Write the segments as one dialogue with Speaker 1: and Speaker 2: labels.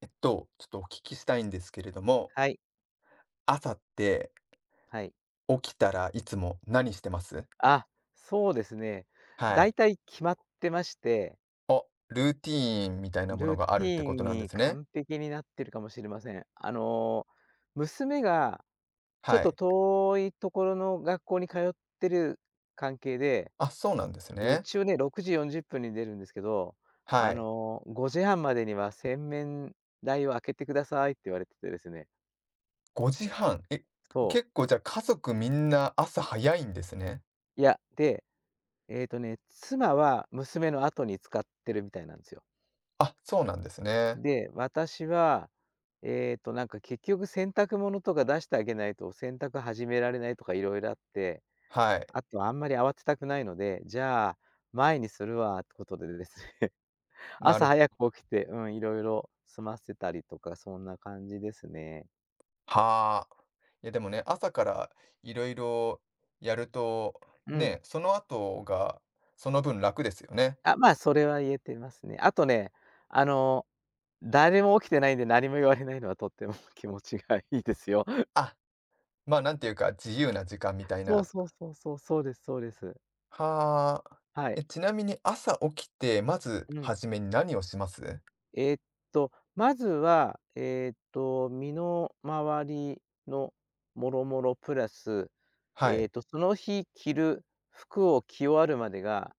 Speaker 1: ちょっとお聞きしたいんですけれども、
Speaker 2: はい、
Speaker 1: 朝って
Speaker 2: はい。
Speaker 1: 起きたらいつも何してます？
Speaker 2: あ、そうですね。
Speaker 1: は
Speaker 2: 大
Speaker 1: い。
Speaker 2: 体決まってまして、
Speaker 1: あ、ルーティーンみたいなもの
Speaker 2: ルー
Speaker 1: があ
Speaker 2: テ
Speaker 1: るって
Speaker 2: ィー
Speaker 1: こ
Speaker 2: ン
Speaker 1: となんで
Speaker 2: に
Speaker 1: すね。
Speaker 2: 完璧になってるかもしれません。娘がちょっ
Speaker 1: は
Speaker 2: と
Speaker 1: い。
Speaker 2: 遠いところの学校に通ってる関係で、
Speaker 1: あ、そうなんです
Speaker 2: う
Speaker 1: ね。
Speaker 2: ちをね、6時40分に出るんですけど、
Speaker 1: はい。
Speaker 2: 5時半までには洗面台を開けてくださいって言われててですね。
Speaker 1: 5時半。え、
Speaker 2: そ
Speaker 1: 結
Speaker 2: う。
Speaker 1: 構じゃあ家族みんな朝早いんですね。
Speaker 2: いや、で、妻は娘の後に使ってるみたいなんですよ。
Speaker 1: あ、そうなんですね。
Speaker 2: で、私は、なんか結局洗濯物とか出してあげないと、洗濯始められないとかいろいろあって、
Speaker 1: はい。
Speaker 2: あとあんまり慌てたくないので、じゃあ、前にするわってことでですね、
Speaker 1: な
Speaker 2: 朝
Speaker 1: る、
Speaker 2: 早く起きて、うん、いろいろ済ませたりとか、そんな感じですね。
Speaker 1: はあ。いやでもね、朝からいろいろやると、
Speaker 2: う
Speaker 1: ね、
Speaker 2: ん。
Speaker 1: その後がその分楽ですよね。
Speaker 2: あ、まあ、それは言えてますね。あとね、あの、誰も起きてないんで何も言われないのはとっても 気持ちがいいですよ。
Speaker 1: あ、まあ、なんていうか、自由な時間みたい
Speaker 2: そう
Speaker 1: な。
Speaker 2: そうそうそう、そうですそうです。
Speaker 1: はあ。
Speaker 2: は
Speaker 1: え、
Speaker 2: い。
Speaker 1: ちなみに朝起きて、まず
Speaker 2: うん。
Speaker 1: 初めに何をします？
Speaker 2: えーっまずは、身の回りのもろもろプラス、
Speaker 1: はい。
Speaker 2: その日着る服を着終わるまでが、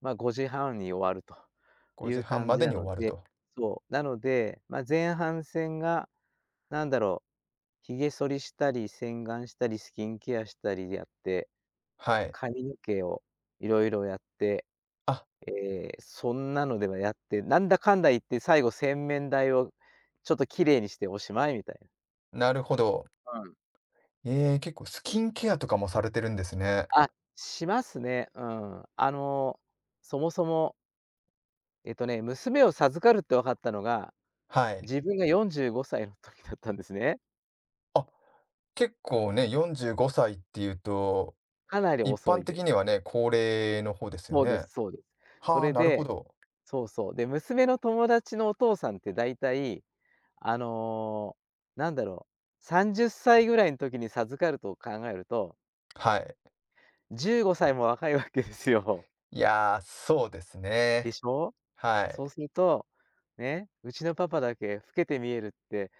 Speaker 2: まあ、5時半に終わるとい
Speaker 1: 5
Speaker 2: う
Speaker 1: 時半
Speaker 2: 感
Speaker 1: ま
Speaker 2: じ
Speaker 1: で
Speaker 2: な
Speaker 1: に終
Speaker 2: の
Speaker 1: わる
Speaker 2: で、
Speaker 1: と。
Speaker 2: そう、なので、まあ、前半戦がなんだろう、髭剃りしたり、洗顔したり、スキンケアしたりやって、
Speaker 1: はい。
Speaker 2: 髪の毛をいろいろやって、
Speaker 1: あ、
Speaker 2: えーそんなのではやって、なんだかんだ言って最後洗面台をちょっと綺麗にしておしまいみたい
Speaker 1: なるほど。
Speaker 2: な。うん。
Speaker 1: 結構スキンケアとかもされてるんですね。
Speaker 2: あ、しますね。うん。そもそも、娘を授かるって分かったのが、
Speaker 1: はい。
Speaker 2: 自分が45歳の時だったんですね。
Speaker 1: あ、結構ね、45歳っていうと、
Speaker 2: かなり
Speaker 1: 一
Speaker 2: 遅
Speaker 1: 般
Speaker 2: いで
Speaker 1: 的に
Speaker 2: す。
Speaker 1: はね、高齢の方ですよ
Speaker 2: そうで
Speaker 1: ね。
Speaker 2: すそうです。そ
Speaker 1: はあ、
Speaker 2: れ
Speaker 1: なるほ
Speaker 2: で、
Speaker 1: ど。
Speaker 2: そうそう。で、娘の友達のお父さんってだいたい、あの、なんだろ30歳ぐらいの時に授かると考えると
Speaker 1: はい。
Speaker 2: 15歳も若いわけですよ。
Speaker 1: いやー、そうです
Speaker 2: で
Speaker 1: ね。
Speaker 2: しょ？
Speaker 1: はい。
Speaker 2: そうすると、ね、うちのパパだけ老けて見えるって、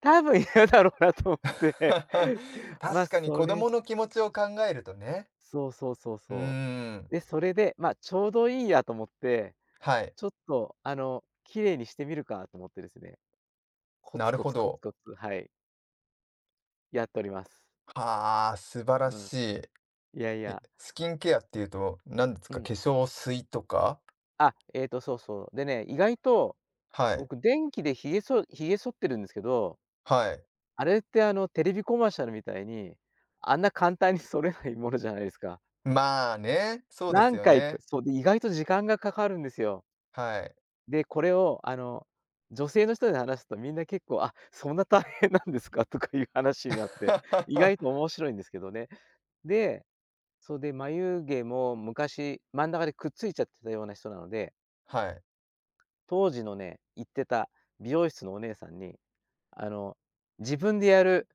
Speaker 2: 多分嫌だろうなと思って、ま、
Speaker 1: 確かに
Speaker 2: そ
Speaker 1: 子
Speaker 2: れ
Speaker 1: 供の気持ちを考えるとね。
Speaker 2: そうそうそう
Speaker 1: う
Speaker 2: そ。
Speaker 1: ーん。
Speaker 2: で、それで、ま、ちょうどいいやと思って、
Speaker 1: はい。
Speaker 2: ちょっと、綺麗にしてみるかと思ってですね、コ
Speaker 1: な
Speaker 2: ツ
Speaker 1: る
Speaker 2: コ
Speaker 1: ほ
Speaker 2: ツコ
Speaker 1: ど。
Speaker 2: ツコツ、はい、やっております。
Speaker 1: はあ、素晴ら
Speaker 2: うん。
Speaker 1: し
Speaker 2: いやい
Speaker 1: い。
Speaker 2: や、
Speaker 1: スキンケアっていうと、何です
Speaker 2: う
Speaker 1: か、
Speaker 2: ん。
Speaker 1: 化粧水とか？
Speaker 2: あ、そうそう。でね、意外と
Speaker 1: はい、
Speaker 2: 僕電気で髭剃ってるんですけど、
Speaker 1: はい。
Speaker 2: あれってテレビコマーシャルみたいに、あんな簡単にそれないものじゃないですか。
Speaker 1: まあね、そうです
Speaker 2: 何
Speaker 1: よ
Speaker 2: 回か
Speaker 1: ね。
Speaker 2: そう、で、意外と時間がかかるんですよ。
Speaker 1: はい。
Speaker 2: で、これを女性の人で話すとみんな結構、「あ、そんな大変なんですか？」とかいう話になって、意外と面 白いんですけどね。で、そう、で、眉毛も昔真ん中でくっついちゃってたような人なので、
Speaker 1: はい。
Speaker 2: 当時のね、行ってた美容室のお姉さんに、あの、自分でやる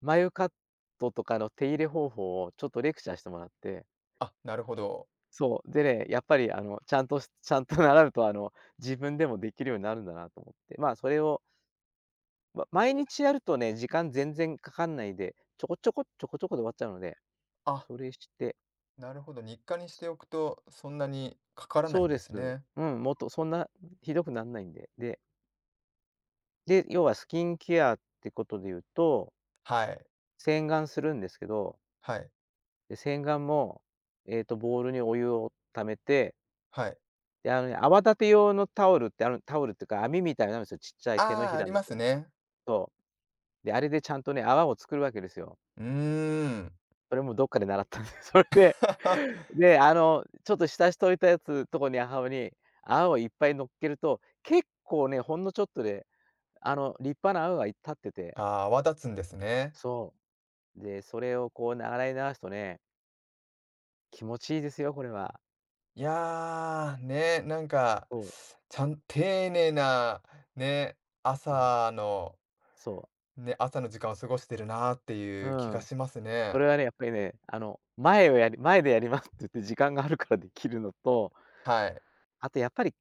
Speaker 2: 眉カットとかの手入れ方法をちょっとレクチャーしてもらって、
Speaker 1: あ、なるほど。
Speaker 2: そう、でね、やっぱりちゃんとし ちゃんと習うと、自分でもできるようになるんだなと思って、まあ、それを、ま、毎日やるとね、時間全然かかんないで、ちょこちょこ、ちょこちょこで終わっちゃうので、
Speaker 1: あ、
Speaker 2: それして、
Speaker 1: なるほど、日課にして
Speaker 2: そ
Speaker 1: おくと、そんなにかからな
Speaker 2: そ
Speaker 1: い
Speaker 2: う
Speaker 1: ん
Speaker 2: で
Speaker 1: です
Speaker 2: す。
Speaker 1: ね。
Speaker 2: うん、もっとそんなひどくなんないんで。で、要はスキンケアってことで言うと
Speaker 1: はい、
Speaker 2: 洗顔するんですけど、
Speaker 1: はい、
Speaker 2: で、洗顔も、ボウルにお湯を溜めて、
Speaker 1: はい。
Speaker 2: で、あのね、泡立て用のタオルってあるタオルっていうか、網みたいのあるんですよ、ちっちゃい手の
Speaker 1: ああ、
Speaker 2: ひ
Speaker 1: あ
Speaker 2: ら
Speaker 1: り
Speaker 2: み
Speaker 1: ま
Speaker 2: た
Speaker 1: す
Speaker 2: いな。
Speaker 1: ね。
Speaker 2: そう。で、あれでちゃんとね、泡を作るわけですよ。
Speaker 1: うーん。
Speaker 2: それもどっかで習ったんです。それで、で、ちょっと浸しといたやつとこに母親に、泡をいっぱい乗っけると、結構ね、ほんのちょっとで、立派な泡が立ってて、
Speaker 1: ああ、泡立つんですね。
Speaker 2: そう。で、それをこう、な洗い流すとね、気持ちいいですよ、これは。
Speaker 1: いやー、ね、なんか、
Speaker 2: そう。
Speaker 1: ちゃん丁寧な、ね、
Speaker 2: うん。
Speaker 1: 朝の
Speaker 2: そう。
Speaker 1: ね、朝の時間を過ごしてるなーって
Speaker 2: う
Speaker 1: いう気が
Speaker 2: ん。
Speaker 1: します
Speaker 2: そ
Speaker 1: ね。
Speaker 2: れはね、やっぱりね、前でやりますって言って時間があるからできるのと、
Speaker 1: はい。
Speaker 2: あとやっぱり、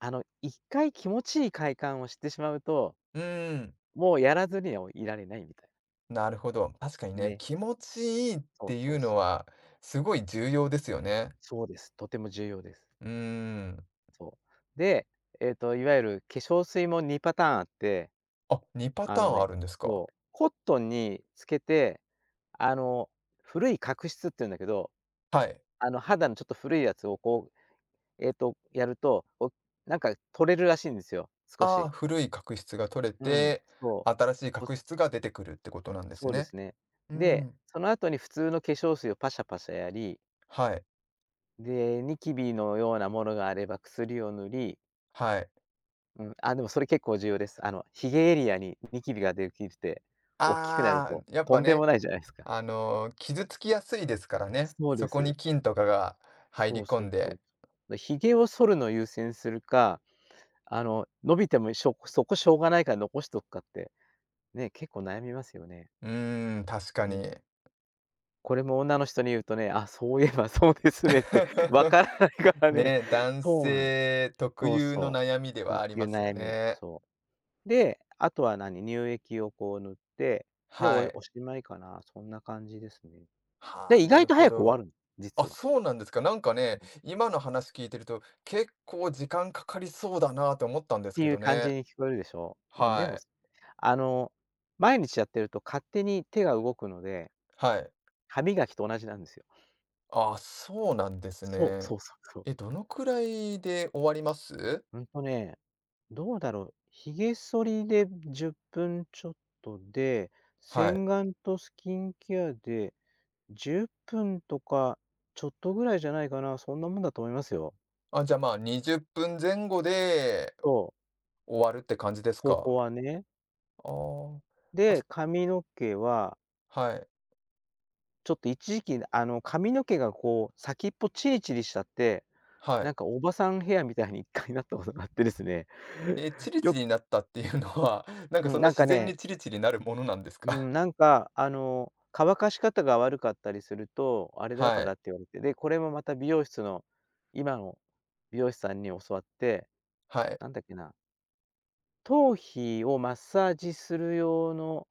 Speaker 2: 1回気持ちいい快感を知ってしまうと、
Speaker 1: うーん、
Speaker 2: もうやらずにはいられないみたいな。
Speaker 1: なるほど。確かにね、
Speaker 2: ね。
Speaker 1: 気持ちいいっ
Speaker 2: そう
Speaker 1: て
Speaker 2: そ
Speaker 1: いう
Speaker 2: う
Speaker 1: の
Speaker 2: そう。
Speaker 1: はすごい重要ですよね。
Speaker 2: そうです。とても重要です。
Speaker 1: うーん。
Speaker 2: そう。で、いわゆる化粧水も2パターンあって、
Speaker 1: あ、
Speaker 2: あ
Speaker 1: 2
Speaker 2: の
Speaker 1: パターンあ
Speaker 2: ね、
Speaker 1: るんですか。
Speaker 2: そう、コットンにつけて、あの、古い角質って言うんだけど、
Speaker 1: はい。
Speaker 2: 肌のちょっと古いやつをこうやると、なんか取れるらしいんですよ、少
Speaker 1: あ
Speaker 2: し。
Speaker 1: あ、古い角質が取れ
Speaker 2: うん、
Speaker 1: て、
Speaker 2: そう。
Speaker 1: 新しい角質が出てくるってことなんです
Speaker 2: そうで
Speaker 1: ね。
Speaker 2: すね。
Speaker 1: う
Speaker 2: で、
Speaker 1: ん、
Speaker 2: その後に普通の化粧水をパシャパシャやり、
Speaker 1: はい、
Speaker 2: で、ニキビのようなものがあれば薬を塗り、
Speaker 1: はい。
Speaker 2: うん、あ、でもそれ結構重要です。髭エリアにニキビができるて、おっきくなる
Speaker 1: ああ、
Speaker 2: と、
Speaker 1: やっ
Speaker 2: と
Speaker 1: ぱ
Speaker 2: んで
Speaker 1: ね、
Speaker 2: もないじゃないですか。
Speaker 1: 傷つきやすいですからね。
Speaker 2: そう
Speaker 1: そ
Speaker 2: で
Speaker 1: こに
Speaker 2: す。
Speaker 1: 菌とかが入
Speaker 2: そ
Speaker 1: り
Speaker 2: う
Speaker 1: 込
Speaker 2: そ
Speaker 1: ん
Speaker 2: うそ
Speaker 1: で。
Speaker 2: う。で、髭を剃るのを優先するか、伸びてもしょうがないから残しとくかって、ね、結構悩みますよね。
Speaker 1: うーん、確か
Speaker 2: うん。
Speaker 1: に。
Speaker 2: これも女の人に言うとね、あ、そういえばそうですねって わ からないからね。
Speaker 1: ね、男
Speaker 2: そうなんです。
Speaker 1: 性特
Speaker 2: そう
Speaker 1: 有の
Speaker 2: そ
Speaker 1: 悩みで
Speaker 2: う。
Speaker 1: は
Speaker 2: よ
Speaker 1: あり
Speaker 2: く
Speaker 1: ま
Speaker 2: 言う
Speaker 1: すよ
Speaker 2: 悩み、
Speaker 1: ね。
Speaker 2: そう。で、あとは何、乳液をこう塗って、で、
Speaker 1: はい。
Speaker 2: おしまいかな、そんな感じですね。
Speaker 1: はあ、
Speaker 2: で、意
Speaker 1: な
Speaker 2: 外
Speaker 1: る
Speaker 2: と
Speaker 1: ほ
Speaker 2: 早く終わ
Speaker 1: ど。
Speaker 2: るの
Speaker 1: あ、
Speaker 2: 実は。
Speaker 1: そうなんですか。なんか
Speaker 2: う
Speaker 1: ね、
Speaker 2: ん。
Speaker 1: 今の話聞いてると、結構時間かかりそうだなと思ったんで
Speaker 2: っ
Speaker 1: す
Speaker 2: てい
Speaker 1: けど
Speaker 2: う感じ
Speaker 1: ね。
Speaker 2: に聞こえるでしょ？うん、
Speaker 1: は
Speaker 2: でも、
Speaker 1: い。
Speaker 2: あの、毎日やってると勝手に手が動くので、
Speaker 1: はい。
Speaker 2: 歯磨きと同じなんですよ。
Speaker 1: あ、そうなんです
Speaker 2: そう、そ
Speaker 1: ね。
Speaker 2: うそうそう。
Speaker 1: え、どのくらいで終わります？
Speaker 2: うんとねどうだろう、ひげ剃りで10分ちょっとで、
Speaker 1: は
Speaker 2: 洗
Speaker 1: い。
Speaker 2: 顔とスキンケアで10分とかちょっとぐらいじゃないかな、そんなもんだと思いますよ。
Speaker 1: あ、じゃあ、まあ、20分前後で
Speaker 2: そう、
Speaker 1: 終わるって感じです
Speaker 2: そこ
Speaker 1: か？
Speaker 2: はね。
Speaker 1: ああ。あ、
Speaker 2: で、髪の毛は、
Speaker 1: はい、
Speaker 2: ちょっと一時期、髪の毛がこう先っぽチリチリしちゃって、
Speaker 1: は
Speaker 2: なん
Speaker 1: い。
Speaker 2: かおばさんヘアみたいに一回なったことがあってですね。
Speaker 1: え、チリチ
Speaker 2: よ
Speaker 1: リになったっていうのは、なんか
Speaker 2: う
Speaker 1: そ
Speaker 2: ん、
Speaker 1: んな自然にチリチリなるものなんです
Speaker 2: う
Speaker 1: か？
Speaker 2: ん、なんか、乾かし方が悪かったりすると、あ れだ
Speaker 1: は
Speaker 2: か
Speaker 1: い、
Speaker 2: らって言われて、で、これもまた美容室の、今の美容師さんに教わって、
Speaker 1: はい。
Speaker 2: なんだっけな、頭皮をマッサージする用の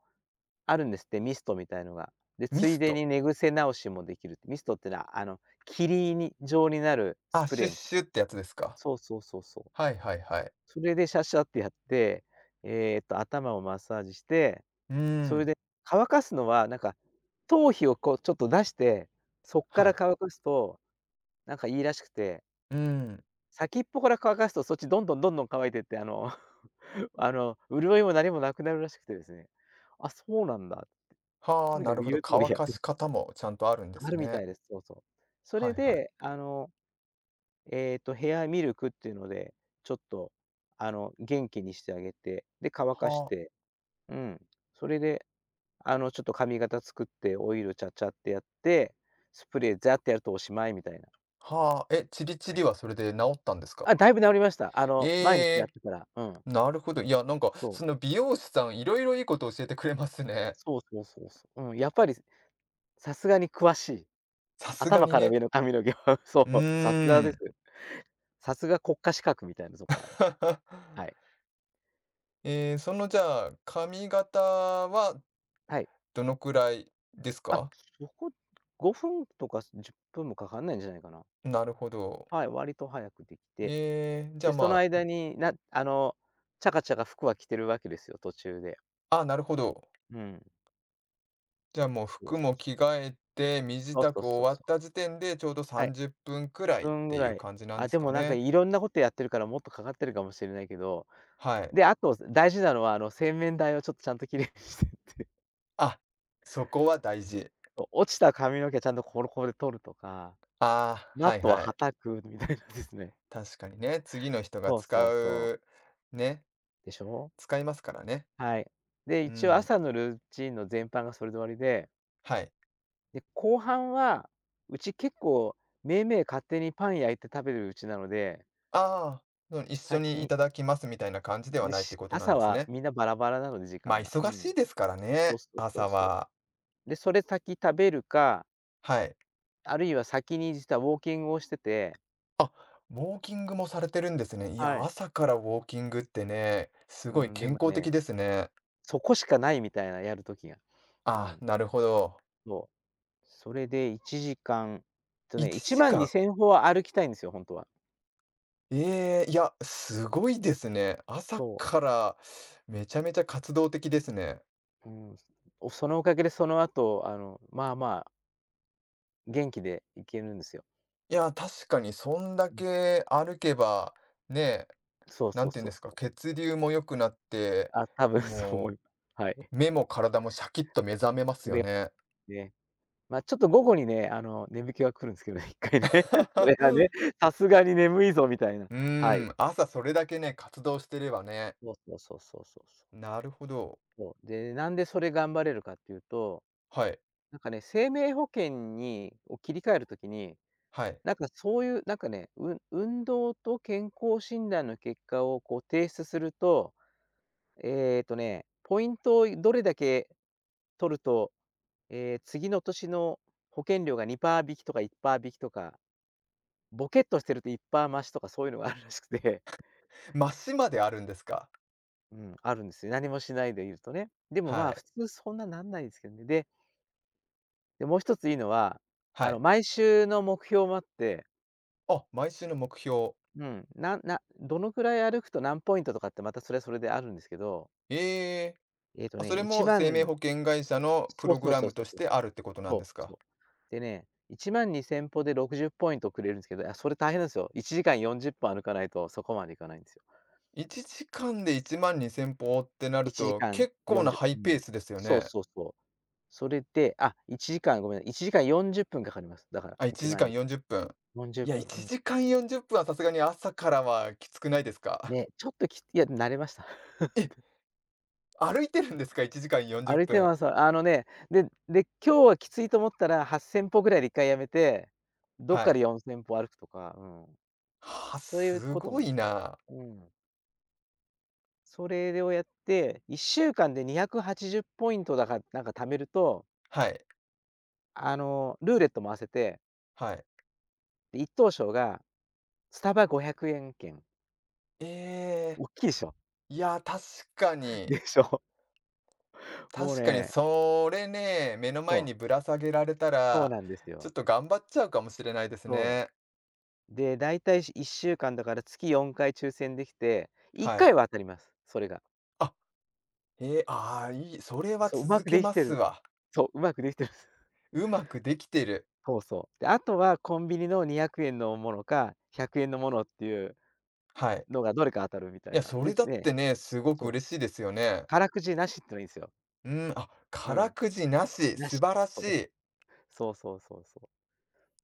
Speaker 2: あるんですって、ミストみたいのが。で、
Speaker 1: ミ
Speaker 2: つい
Speaker 1: ス
Speaker 2: で
Speaker 1: ト。
Speaker 2: に寝癖直しもできるって。ミストってのは、霧に状になる
Speaker 1: あ、
Speaker 2: スプ
Speaker 1: シュ
Speaker 2: レ
Speaker 1: ッ
Speaker 2: ーみた
Speaker 1: シュ
Speaker 2: い
Speaker 1: ってやつですか？
Speaker 2: そうそうそうそう。
Speaker 1: はいはいはい。
Speaker 2: それでシャッシャってやって、頭をマッサージして
Speaker 1: うー
Speaker 2: それ
Speaker 1: ん、
Speaker 2: で、乾かすのは、なんか、頭皮をこうちょっと出して、そっか
Speaker 1: は
Speaker 2: ら
Speaker 1: い。
Speaker 2: 乾かすと、なんかいいらしくて、
Speaker 1: うーん。
Speaker 2: 先っぽから乾かすとそっちどんどんどんどん乾いてって、潤いも何もなくなるらしくてですね。あ、そうなんだ。
Speaker 1: は
Speaker 2: と
Speaker 1: あ、
Speaker 2: にか
Speaker 1: な
Speaker 2: く
Speaker 1: るほ
Speaker 2: 言
Speaker 1: ど、
Speaker 2: う通
Speaker 1: 乾
Speaker 2: りやっ
Speaker 1: か
Speaker 2: てる
Speaker 1: し方もちゃんとあるんで
Speaker 2: あ
Speaker 1: す
Speaker 2: るみた
Speaker 1: ね。
Speaker 2: いです。そうそう。そ
Speaker 1: は
Speaker 2: れ
Speaker 1: いはい。
Speaker 2: で、ヘアミルクっていうので、ちょっと、元気にしてあげて、で、乾かし
Speaker 1: はあ、
Speaker 2: て、うん、それでちょっと髪型作って、オイルちゃちゃってやって、スプレーザーってやるとおしまいみたいな。
Speaker 1: はあ、え、チリチ
Speaker 2: は
Speaker 1: リ
Speaker 2: い。
Speaker 1: はそれで治ったんですか？
Speaker 2: あ、だいぶ治りました。毎日や
Speaker 1: ええ。
Speaker 2: ってたら、うん。
Speaker 1: なるほど。いや、なんか、
Speaker 2: そ
Speaker 1: その
Speaker 2: う。
Speaker 1: 美容師さん、いろいろいいこと教えてくれますね。
Speaker 2: そうそうそうそう。うん、やっぱりさすがに詳しい。
Speaker 1: さすが
Speaker 2: 頭
Speaker 1: に
Speaker 2: から
Speaker 1: ね。
Speaker 2: 上の髪の毛は、そ
Speaker 1: う
Speaker 2: う、さすが
Speaker 1: ー
Speaker 2: です。
Speaker 1: ん。
Speaker 2: さすが国家資格みたいなとこある。はい。
Speaker 1: じゃあ、髪型は
Speaker 2: はい。
Speaker 1: どのくらいです
Speaker 2: あ、
Speaker 1: か？
Speaker 2: そこ、5分とか10分もかかんないんじゃないかな。
Speaker 1: なるほど。
Speaker 2: はい、割と早くできて。
Speaker 1: じゃ
Speaker 2: で、
Speaker 1: あ、
Speaker 2: その
Speaker 1: まあ、
Speaker 2: 間に、なあの、チャカチャカ服は着てるわけですよ、途中で。
Speaker 1: あ、なるほど。
Speaker 2: うん。
Speaker 1: じゃあ、もう
Speaker 2: そう
Speaker 1: 服
Speaker 2: そう
Speaker 1: も
Speaker 2: そう。
Speaker 1: 着替えて、身支
Speaker 2: そう
Speaker 1: 度
Speaker 2: そう
Speaker 1: 終
Speaker 2: そう
Speaker 1: わっ
Speaker 2: そう。
Speaker 1: た時点でちょうど
Speaker 2: はい、
Speaker 1: 30分くらいっ
Speaker 2: 分
Speaker 1: て
Speaker 2: ぐ
Speaker 1: い
Speaker 2: ら
Speaker 1: う
Speaker 2: い。
Speaker 1: 感じなん
Speaker 2: あ、
Speaker 1: です
Speaker 2: で
Speaker 1: か
Speaker 2: もなんか
Speaker 1: ね。
Speaker 2: いろんなことやってるからもっとかかってるかもしれないけど、
Speaker 1: はい。
Speaker 2: で、あと大事なのはあの洗面台をちょっとちゃんと綺麗にして
Speaker 1: あ、そこは大事。
Speaker 2: と、落ちた髪の毛ちゃんとコロコロで取るとか、
Speaker 1: ああ、
Speaker 2: マッ
Speaker 1: はい
Speaker 2: トは
Speaker 1: はい。
Speaker 2: 叩くみたいなですね。
Speaker 1: 確かにね、次の人が
Speaker 2: そうそ
Speaker 1: 使
Speaker 2: うそ
Speaker 1: う
Speaker 2: う。
Speaker 1: ね、
Speaker 2: でしょ？
Speaker 1: 使いますからね。
Speaker 2: はい。で、
Speaker 1: う
Speaker 2: 一応
Speaker 1: ん。
Speaker 2: 朝のルーチンの全般がそれで終わりで、
Speaker 1: はい。
Speaker 2: 後半は、うち結構めいめい勝手にパン焼いて食べるうちなので、
Speaker 1: ああ、その、一緒にい
Speaker 2: 先
Speaker 1: ただきますみたいな感じでは
Speaker 2: で、
Speaker 1: ないってことなん
Speaker 2: 朝
Speaker 1: です
Speaker 2: は
Speaker 1: ね。
Speaker 2: みんなバラバラなので、時
Speaker 1: まあ、
Speaker 2: 間が。う
Speaker 1: 忙し
Speaker 2: ん。
Speaker 1: いですから
Speaker 2: そう
Speaker 1: ね、
Speaker 2: そうそ
Speaker 1: 朝
Speaker 2: うそう。
Speaker 1: は。
Speaker 2: で、それ先食べるか、
Speaker 1: はい。
Speaker 2: あるいは先に実はウォーキングをしてて、
Speaker 1: あ、ウォーキングもされてるんですね。い
Speaker 2: は
Speaker 1: や、
Speaker 2: い。
Speaker 1: 朝からウォーキングってね、す
Speaker 2: う
Speaker 1: ごい
Speaker 2: ん、で
Speaker 1: 健
Speaker 2: も
Speaker 1: 康的
Speaker 2: ね、
Speaker 1: ですね。
Speaker 2: そこしかないみたいな、やる時が。う
Speaker 1: あ、
Speaker 2: ん、
Speaker 1: なるほど。
Speaker 2: そう。それで1時間、とね、
Speaker 1: 1
Speaker 2: 1万
Speaker 1: 時間。
Speaker 2: 2千歩は歩きたいんですよ、ほんとは。
Speaker 1: ええ、いや、すごいですね。朝
Speaker 2: そ
Speaker 1: からめちゃめちゃ活動的ですね。
Speaker 2: う。うん。そのおかげでその後、まあまあ、元気で行けるんですよ。
Speaker 1: いや、確かにそんだ
Speaker 2: うん。
Speaker 1: け歩けば、ね、
Speaker 2: そう
Speaker 1: な
Speaker 2: そ
Speaker 1: ん
Speaker 2: う
Speaker 1: て言うん
Speaker 2: そ
Speaker 1: で
Speaker 2: う
Speaker 1: す
Speaker 2: そ
Speaker 1: か、
Speaker 2: う。
Speaker 1: 血流も良くなって、
Speaker 2: あ、多分そう
Speaker 1: も
Speaker 2: はい。
Speaker 1: う目も体もシャキッと目覚めます
Speaker 2: そ
Speaker 1: よ
Speaker 2: れ
Speaker 1: ね。
Speaker 2: ね。まあ、ちょっと午後にね、眠気が来るんですけどね、1回ね。それがね、さすがに眠いぞみたいな。
Speaker 1: う
Speaker 2: は
Speaker 1: ー
Speaker 2: い。
Speaker 1: ん、朝それだけね、活動してればね。
Speaker 2: そうそうそうそうそうそう。
Speaker 1: なるほど。
Speaker 2: で、なんでそれ頑張れるかっていうと、
Speaker 1: はい、
Speaker 2: なんかね、生命保険を切り替えるときに、
Speaker 1: はい。
Speaker 2: なんかそういうなんかね、運動と健康診断の結果をこう提出すると、ポイントをどれだけ取ると、次の年の保険料が2パー引きとか1パー引きとかボケっとしてると1パー増しとかそういうのがあるらしくて、
Speaker 1: マシまであるんですか？
Speaker 2: うん、あるんですよ。何もしないでいるとね。でも、
Speaker 1: は
Speaker 2: まあ、
Speaker 1: い、
Speaker 2: 普通そんななんないですけどね。で、もう一ついいのは、
Speaker 1: はい。
Speaker 2: 毎週の目標もあって、
Speaker 1: あ、毎週の目標。
Speaker 2: うん、どのくらい歩くと何ポイントとかってまたそれはそれであるんですけど、
Speaker 1: ええ、あ、それ
Speaker 2: 1
Speaker 1: も生
Speaker 2: 万
Speaker 1: 命保険会社のプ
Speaker 2: そう
Speaker 1: ログ
Speaker 2: そう
Speaker 1: ラ
Speaker 2: そう
Speaker 1: ム
Speaker 2: そ
Speaker 1: と
Speaker 2: う
Speaker 1: し
Speaker 2: そう
Speaker 1: て
Speaker 2: そう。
Speaker 1: あるってことなん
Speaker 2: そ
Speaker 1: で
Speaker 2: う
Speaker 1: す
Speaker 2: そ
Speaker 1: か？
Speaker 2: う。でね、1万2000歩で60ポイントくれるんですけど、あ、それ大変なんですよ。1時間40歩歩かないとそこまでいかないんですよ。
Speaker 1: 1時間で12,000歩ってなる
Speaker 2: 1
Speaker 1: と、
Speaker 2: 時間
Speaker 1: 結構なハイ
Speaker 2: 40
Speaker 1: ペ
Speaker 2: うう
Speaker 1: ー
Speaker 2: ん。
Speaker 1: スですよ
Speaker 2: そう
Speaker 1: ね。
Speaker 2: そうそう。それで、あ、1時間ごめんなさい、1時間40分かかります。だから、
Speaker 1: あ、
Speaker 2: 1
Speaker 1: 1時
Speaker 2: 万
Speaker 1: 間
Speaker 2: 2
Speaker 1: 40分。
Speaker 2: 千40
Speaker 1: いや、
Speaker 2: 分、う
Speaker 1: 1
Speaker 2: ん。
Speaker 1: 時間40分はさすがに朝からはきつくないですか？
Speaker 2: ね、ちょっといや、慣れました。
Speaker 1: え、歩いてるんですか？1時間40
Speaker 2: 歩いて
Speaker 1: 分。
Speaker 2: ます。で、今日はきついと思ったら8千歩ぐらいで1回やめて、どっ
Speaker 1: は
Speaker 2: かで
Speaker 1: い。
Speaker 2: 4千歩歩くとか、うん。
Speaker 1: はあ、
Speaker 2: そういう
Speaker 1: す
Speaker 2: こと
Speaker 1: ご
Speaker 2: も
Speaker 1: い
Speaker 2: する。
Speaker 1: な。
Speaker 2: うん。それをやって、1週間で280ポイントだかなんか貯めると、
Speaker 1: はい、
Speaker 2: ルーレット回せて、
Speaker 1: はい。
Speaker 2: で、一等賞がスタバ500円券、
Speaker 1: ええ、
Speaker 2: おっきいでしょ。
Speaker 1: いや、確か に。
Speaker 2: でしょ。もう
Speaker 1: 確かに
Speaker 2: ね、
Speaker 1: それね、目の
Speaker 2: そ
Speaker 1: 前に
Speaker 2: う、
Speaker 1: ぶら下げられた
Speaker 2: そう
Speaker 1: ら、
Speaker 2: なんです
Speaker 1: ちょっ
Speaker 2: よ。
Speaker 1: と頑張っちゃうかもしれないです
Speaker 2: そ
Speaker 1: ね。
Speaker 2: う。で、だいたい1週間だから月4回抽選できて、1
Speaker 1: はい。
Speaker 2: 回は当たります、それが。
Speaker 1: あああ、いい、それは
Speaker 2: そう、うま
Speaker 1: 続
Speaker 2: く
Speaker 1: け
Speaker 2: でき
Speaker 1: ま
Speaker 2: て
Speaker 1: す
Speaker 2: る。
Speaker 1: わ。
Speaker 2: そう、うまくできてるんす。
Speaker 1: うまくできてる。
Speaker 2: そうそう。で、あとはコンビニの200円のものか、100円のものっていう
Speaker 1: はい。
Speaker 2: のがどれか当たるみた
Speaker 1: い
Speaker 2: い
Speaker 1: や、
Speaker 2: な。
Speaker 1: そ
Speaker 2: で、
Speaker 1: れだっ
Speaker 2: ね、
Speaker 1: てね、すごく
Speaker 2: そう、
Speaker 1: 嬉しいですよね。
Speaker 2: からくじなしってのいいんすよ。
Speaker 1: うん、あ、
Speaker 2: う
Speaker 1: 辛
Speaker 2: ん、
Speaker 1: くじなし、
Speaker 2: な
Speaker 1: 素
Speaker 2: し。
Speaker 1: 晴らし
Speaker 2: そう、
Speaker 1: い。
Speaker 2: そうそうそうそう。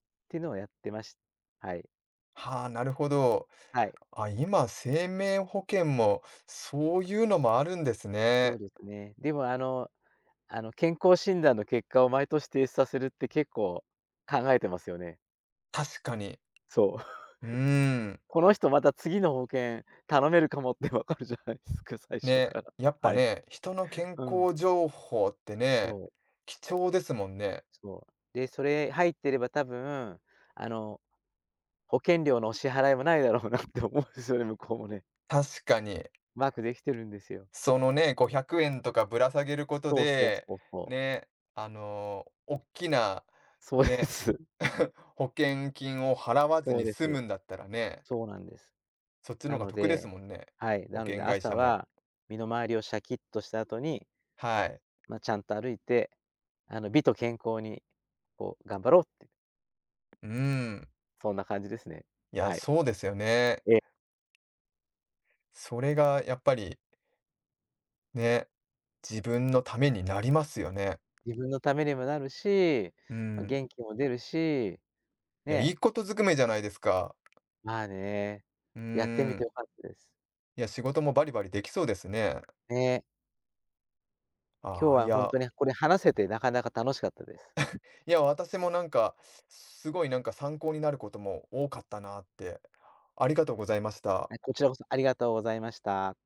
Speaker 2: っていうのをやってましはい。
Speaker 1: はあ、なるほど。
Speaker 2: はい、
Speaker 1: あ、今、生命保険もそういうのもあるんです
Speaker 2: そ
Speaker 1: ね。
Speaker 2: うですね。でも健康診断の結果を毎年提出させるって結構考えてますよね。
Speaker 1: 確かに。
Speaker 2: そう。
Speaker 1: うん。
Speaker 2: この人また次の保険頼めるかもってわかるじゃないですか、最初か
Speaker 1: ね、
Speaker 2: ら。
Speaker 1: やっぱ
Speaker 2: はい。
Speaker 1: ね、人の健
Speaker 2: うん。
Speaker 1: 康情報ってね、
Speaker 2: そう、
Speaker 1: 貴重ですもんね。
Speaker 2: そう。で、それ入ってれば多分、あの、保険料のお支払いもないだろうなって思うんですよね、向こうもね。
Speaker 1: 確かに。
Speaker 2: うまくできてるんですよ。
Speaker 1: そのね、500円とかぶら下げること
Speaker 2: そうそう
Speaker 1: で、
Speaker 2: そうそう。
Speaker 1: ね、おっきな、
Speaker 2: そうで
Speaker 1: ね、
Speaker 2: す。
Speaker 1: 保険金を払わず
Speaker 2: そう
Speaker 1: に
Speaker 2: で
Speaker 1: 済
Speaker 2: す。
Speaker 1: むんだったらね、
Speaker 2: そうなんです。
Speaker 1: そっち
Speaker 2: な
Speaker 1: の方が
Speaker 2: の
Speaker 1: 得です
Speaker 2: で、
Speaker 1: もんね。
Speaker 2: はい、
Speaker 1: 保
Speaker 2: なので
Speaker 1: 険会
Speaker 2: 朝
Speaker 1: 社も。
Speaker 2: は身の回りをシャキッとした後に、
Speaker 1: はい。
Speaker 2: まあ、ちゃんと歩いて、美と健康に、こう、頑張ろうって、
Speaker 1: うーん。
Speaker 2: そんな感じですね。
Speaker 1: いや、
Speaker 2: はい。
Speaker 1: そうですよね。
Speaker 2: ええ、
Speaker 1: それがやっぱり、ね、自分のためになりますよね。
Speaker 2: 自分のためにもなるし、
Speaker 1: う
Speaker 2: ま、
Speaker 1: ん。
Speaker 2: 元気も出るし、
Speaker 1: いや、いい
Speaker 2: ね、
Speaker 1: ことずくめじゃないですか。
Speaker 2: まあね、
Speaker 1: うー
Speaker 2: やってみて
Speaker 1: ん。
Speaker 2: 良かったです。
Speaker 1: いや、仕事もバリバリできそうですね。
Speaker 2: ね、今
Speaker 1: あ
Speaker 2: 日
Speaker 1: あ、い
Speaker 2: はほん
Speaker 1: や
Speaker 2: とにこれ話せてなかなか楽しかったです。
Speaker 1: いや、私もなんか、すごいなんか参考になることも多かったなって。ありがとうございました。
Speaker 2: はい、こちらこそありがとうございました。